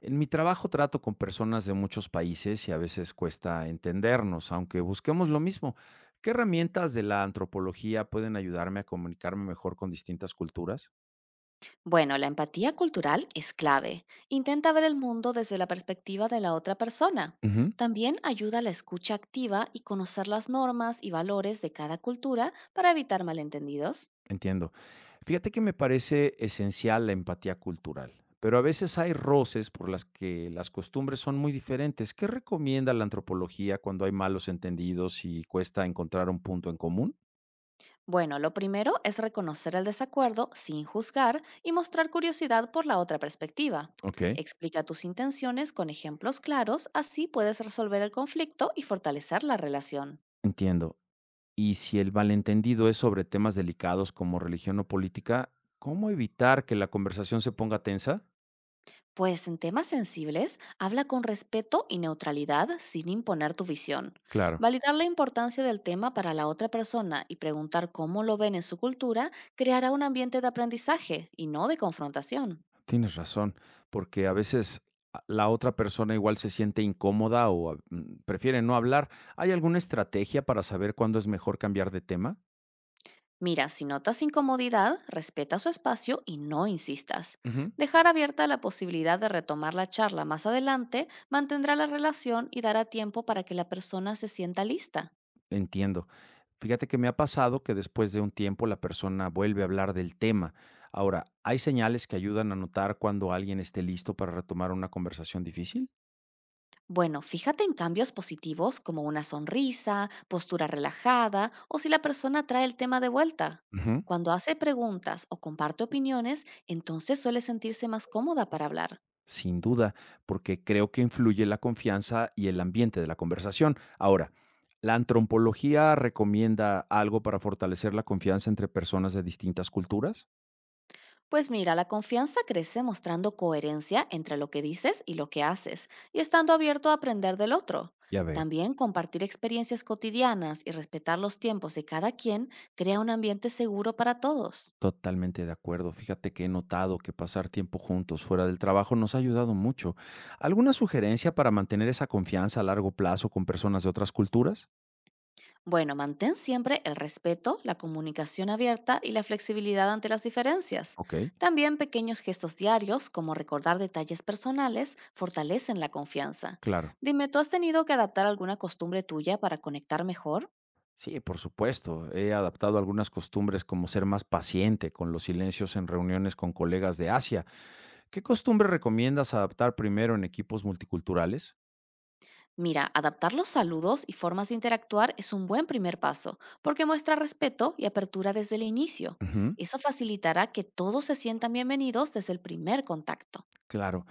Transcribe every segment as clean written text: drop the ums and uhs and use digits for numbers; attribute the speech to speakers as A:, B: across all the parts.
A: En mi trabajo trato con personas de muchos países y a veces cuesta entendernos, aunque busquemos lo mismo. ¿Qué herramientas de la antropología pueden ayudarme a comunicarme mejor con distintas culturas?
B: Bueno, la empatía cultural es clave. Intenta ver el mundo desde la perspectiva de la otra persona.
A: Ujú,
B: También ayuda a la escucha activa y conocer las normas y valores de cada cultura para evitar malentendidos.
A: entiendo. Fíjate que me parece esencial la empatía cultural, pero a veces hay roces por las que las costumbres son muy diferentes. ¿Qué recomienda la antropología cuando hay malos entendidos y cuesta encontrar un punto en común?
B: Bueno, lo primero es reconocer el desacuerdo sin juzgar y mostrar curiosidad por la otra perspectiva.
A: Ok,
B: Explica tus intenciones con ejemplos claros, así puedes resolver el conflicto y fortalecer la relación.
A: entiendo. Y si el malentendido es sobre temas delicados como religión o política, ¿cómo evitar que la conversación se ponga tensa?
B: Pues en temas sensibles, habla con respeto y neutralidad sin imponer tu visión.
A: Claro,
B: Validar la importancia del tema para la otra persona y preguntar cómo lo ven en su cultura creará un ambiente de aprendizaje y no de confrontación.
A: tienes razón, porque a veces la otra persona igual se siente incómoda o prefiere no hablar. ¿Hay alguna estrategia para saber cuándo es mejor cambiar de tema?
B: Mira, si notas incomodidad, respeta su espacio y no insistas.
A: Ujú,
B: Dejar abierta la posibilidad de retomar la charla más adelante mantendrá la relación y dará tiempo para que la persona se sienta lista.
A: entiendo. Fíjate que me ha pasado que después de un tiempo la persona vuelve a hablar del tema. Ahora, ¿hay señales que ayudan a notar cuando alguien esté listo para retomar una conversación difícil?
B: Bueno, fíjate en cambios positivos como una sonrisa, postura relajada o si la persona trae el tema de vuelta.
A: Ujú.
B: Cuando hace preguntas o comparte opiniones, entonces suele sentirse más cómoda para hablar.
A: Sin duda, porque creo que influye la confianza y el ambiente de la conversación. Ahora, ¿la antropología recomienda algo para fortalecer la confianza entre personas de distintas culturas?
B: Pues mira, la confianza crece mostrando coherencia entre lo que dices y lo que haces y estando abierto a aprender del otro.
A: Ya veo,
B: También compartir experiencias cotidianas y respetar los tiempos de cada quien crea un ambiente seguro para todos.
A: totalmente de acuerdo. Fíjate que he notado que pasar tiempo juntos fuera del trabajo nos ha ayudado mucho. ¿Alguna sugerencia para mantener esa confianza a largo plazo con personas de otras culturas?
B: Bueno, mantén siempre el respeto, la comunicación abierta y la flexibilidad ante las diferencias.
A: Ok,
B: También pequeños gestos diarios, como recordar detalles personales, fortalecen la confianza.
A: claro.
B: Dime, ¿tú has tenido que adaptar alguna costumbre tuya para conectar mejor?
A: Sí, por supuesto. He adaptado algunas costumbres como ser más paciente con los silencios en reuniones con colegas de Asia. ¿Qué costumbre recomiendas adaptar primero en equipos multiculturales?
B: Mira, adaptar los saludos y formas de interactuar es un buen primer paso, porque muestra respeto y apertura desde el inicio.
A: Ujú.
B: Eso facilitará que todos se sientan bienvenidos desde el primer contacto.
A: Claro,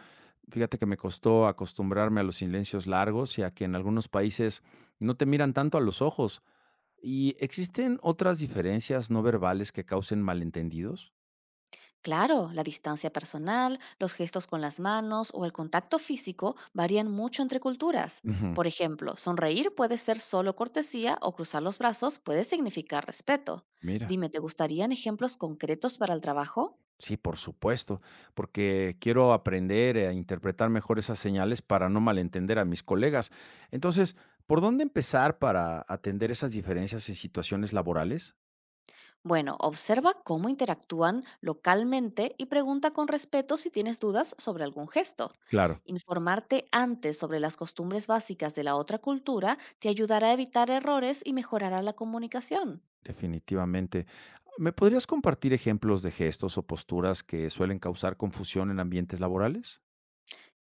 A: fíjate que me costó acostumbrarme a los silencios largos y a que en algunos países no te miran tanto a los ojos. ¿Y existen otras diferencias no verbales que causen malentendidos?
B: Claro, la distancia personal, los gestos con las manos o el contacto físico varían mucho entre culturas.
A: Ujú.
B: Por ejemplo, sonreír puede ser solo cortesía o cruzar los brazos puede significar respeto.
A: Mira.
B: Dime, ¿te gustarían ejemplos concretos para el trabajo?
A: Sí, por supuesto, porque quiero aprender a interpretar mejor esas señales para no malentender a mis colegas. Entonces, ¿por dónde empezar para atender esas diferencias en situaciones laborales?
B: Bueno, observa cómo interactúan localmente y pregunta con respeto si tienes dudas sobre algún gesto.
A: Claro.
B: Informarte antes sobre las costumbres básicas de la otra cultura te ayudará a evitar errores y mejorará la comunicación.
A: Definitivamente. ¿Me podrías compartir ejemplos de gestos o posturas que suelen causar confusión en ambientes laborales?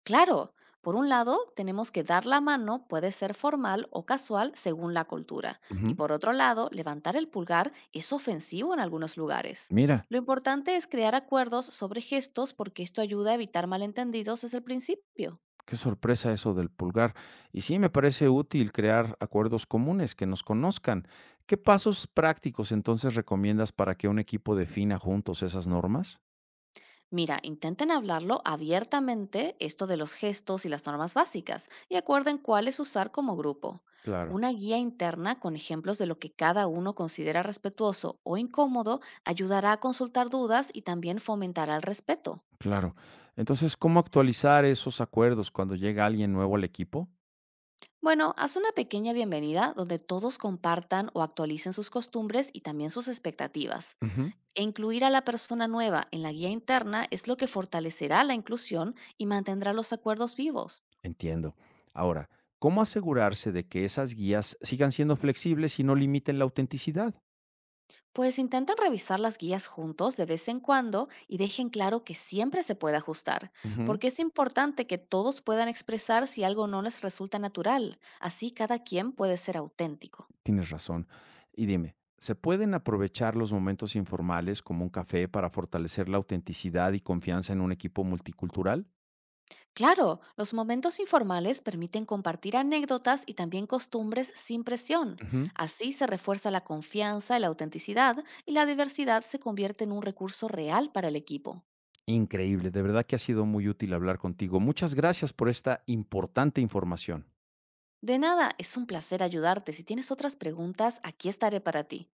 B: Claro, por un lado, tenemos que dar la mano puede ser formal o casual según la cultura, y
A: Ujú.
B: por otro lado, levantar el pulgar es ofensivo en algunos lugares.
A: Mira,
B: Lo importante es crear acuerdos sobre gestos porque esto ayuda a evitar malentendidos desde el principio.
A: qué sorpresa eso del pulgar. Y sí, me parece útil crear acuerdos comunes que nos conozcan. ¿Qué pasos prácticos entonces recomiendas para que un equipo defina juntos esas normas?
B: Mira, intenten hablarlo abiertamente esto de los gestos y las normas básicas y acuerden cuáles usar como grupo.
A: Claro.
B: Una guía interna con ejemplos de lo que cada uno considera respetuoso o incómodo ayudará a consultar dudas y también fomentará el respeto.
A: Claro. Entonces, ¿cómo actualizar esos acuerdos cuando llega alguien nuevo al equipo?
B: Bueno, haz una pequeña bienvenida donde todos compartan o actualicen sus costumbres y también sus expectativas.
A: Ujú.
B: E incluir a la persona nueva en la guía interna es lo que fortalecerá la inclusión y mantendrá los acuerdos vivos.
A: Entiendo. Ahora, ¿cómo asegurarse de que esas guías sigan siendo flexibles y no limiten la autenticidad?
B: Pues intenten revisar las guías juntos de vez en cuando y dejen claro que siempre se puede ajustar,
A: Ujú,
B: porque es importante que todos puedan expresar si algo no les resulta natural, así cada quien puede ser auténtico.
A: tienes razón. Y dime, ¿se pueden aprovechar los momentos informales como un café para fortalecer la autenticidad y confianza en un equipo multicultural?
B: Claro, los momentos informales permiten compartir anécdotas y también costumbres sin presión.
A: Ujú.
B: Así se refuerza la confianza y la autenticidad y la diversidad se convierte en un recurso real para el equipo.
A: Increíble, de verdad que ha sido muy útil hablar contigo. Muchas gracias por esta importante información.
B: De nada, es un placer ayudarte. Si tienes otras preguntas, aquí estaré para ti.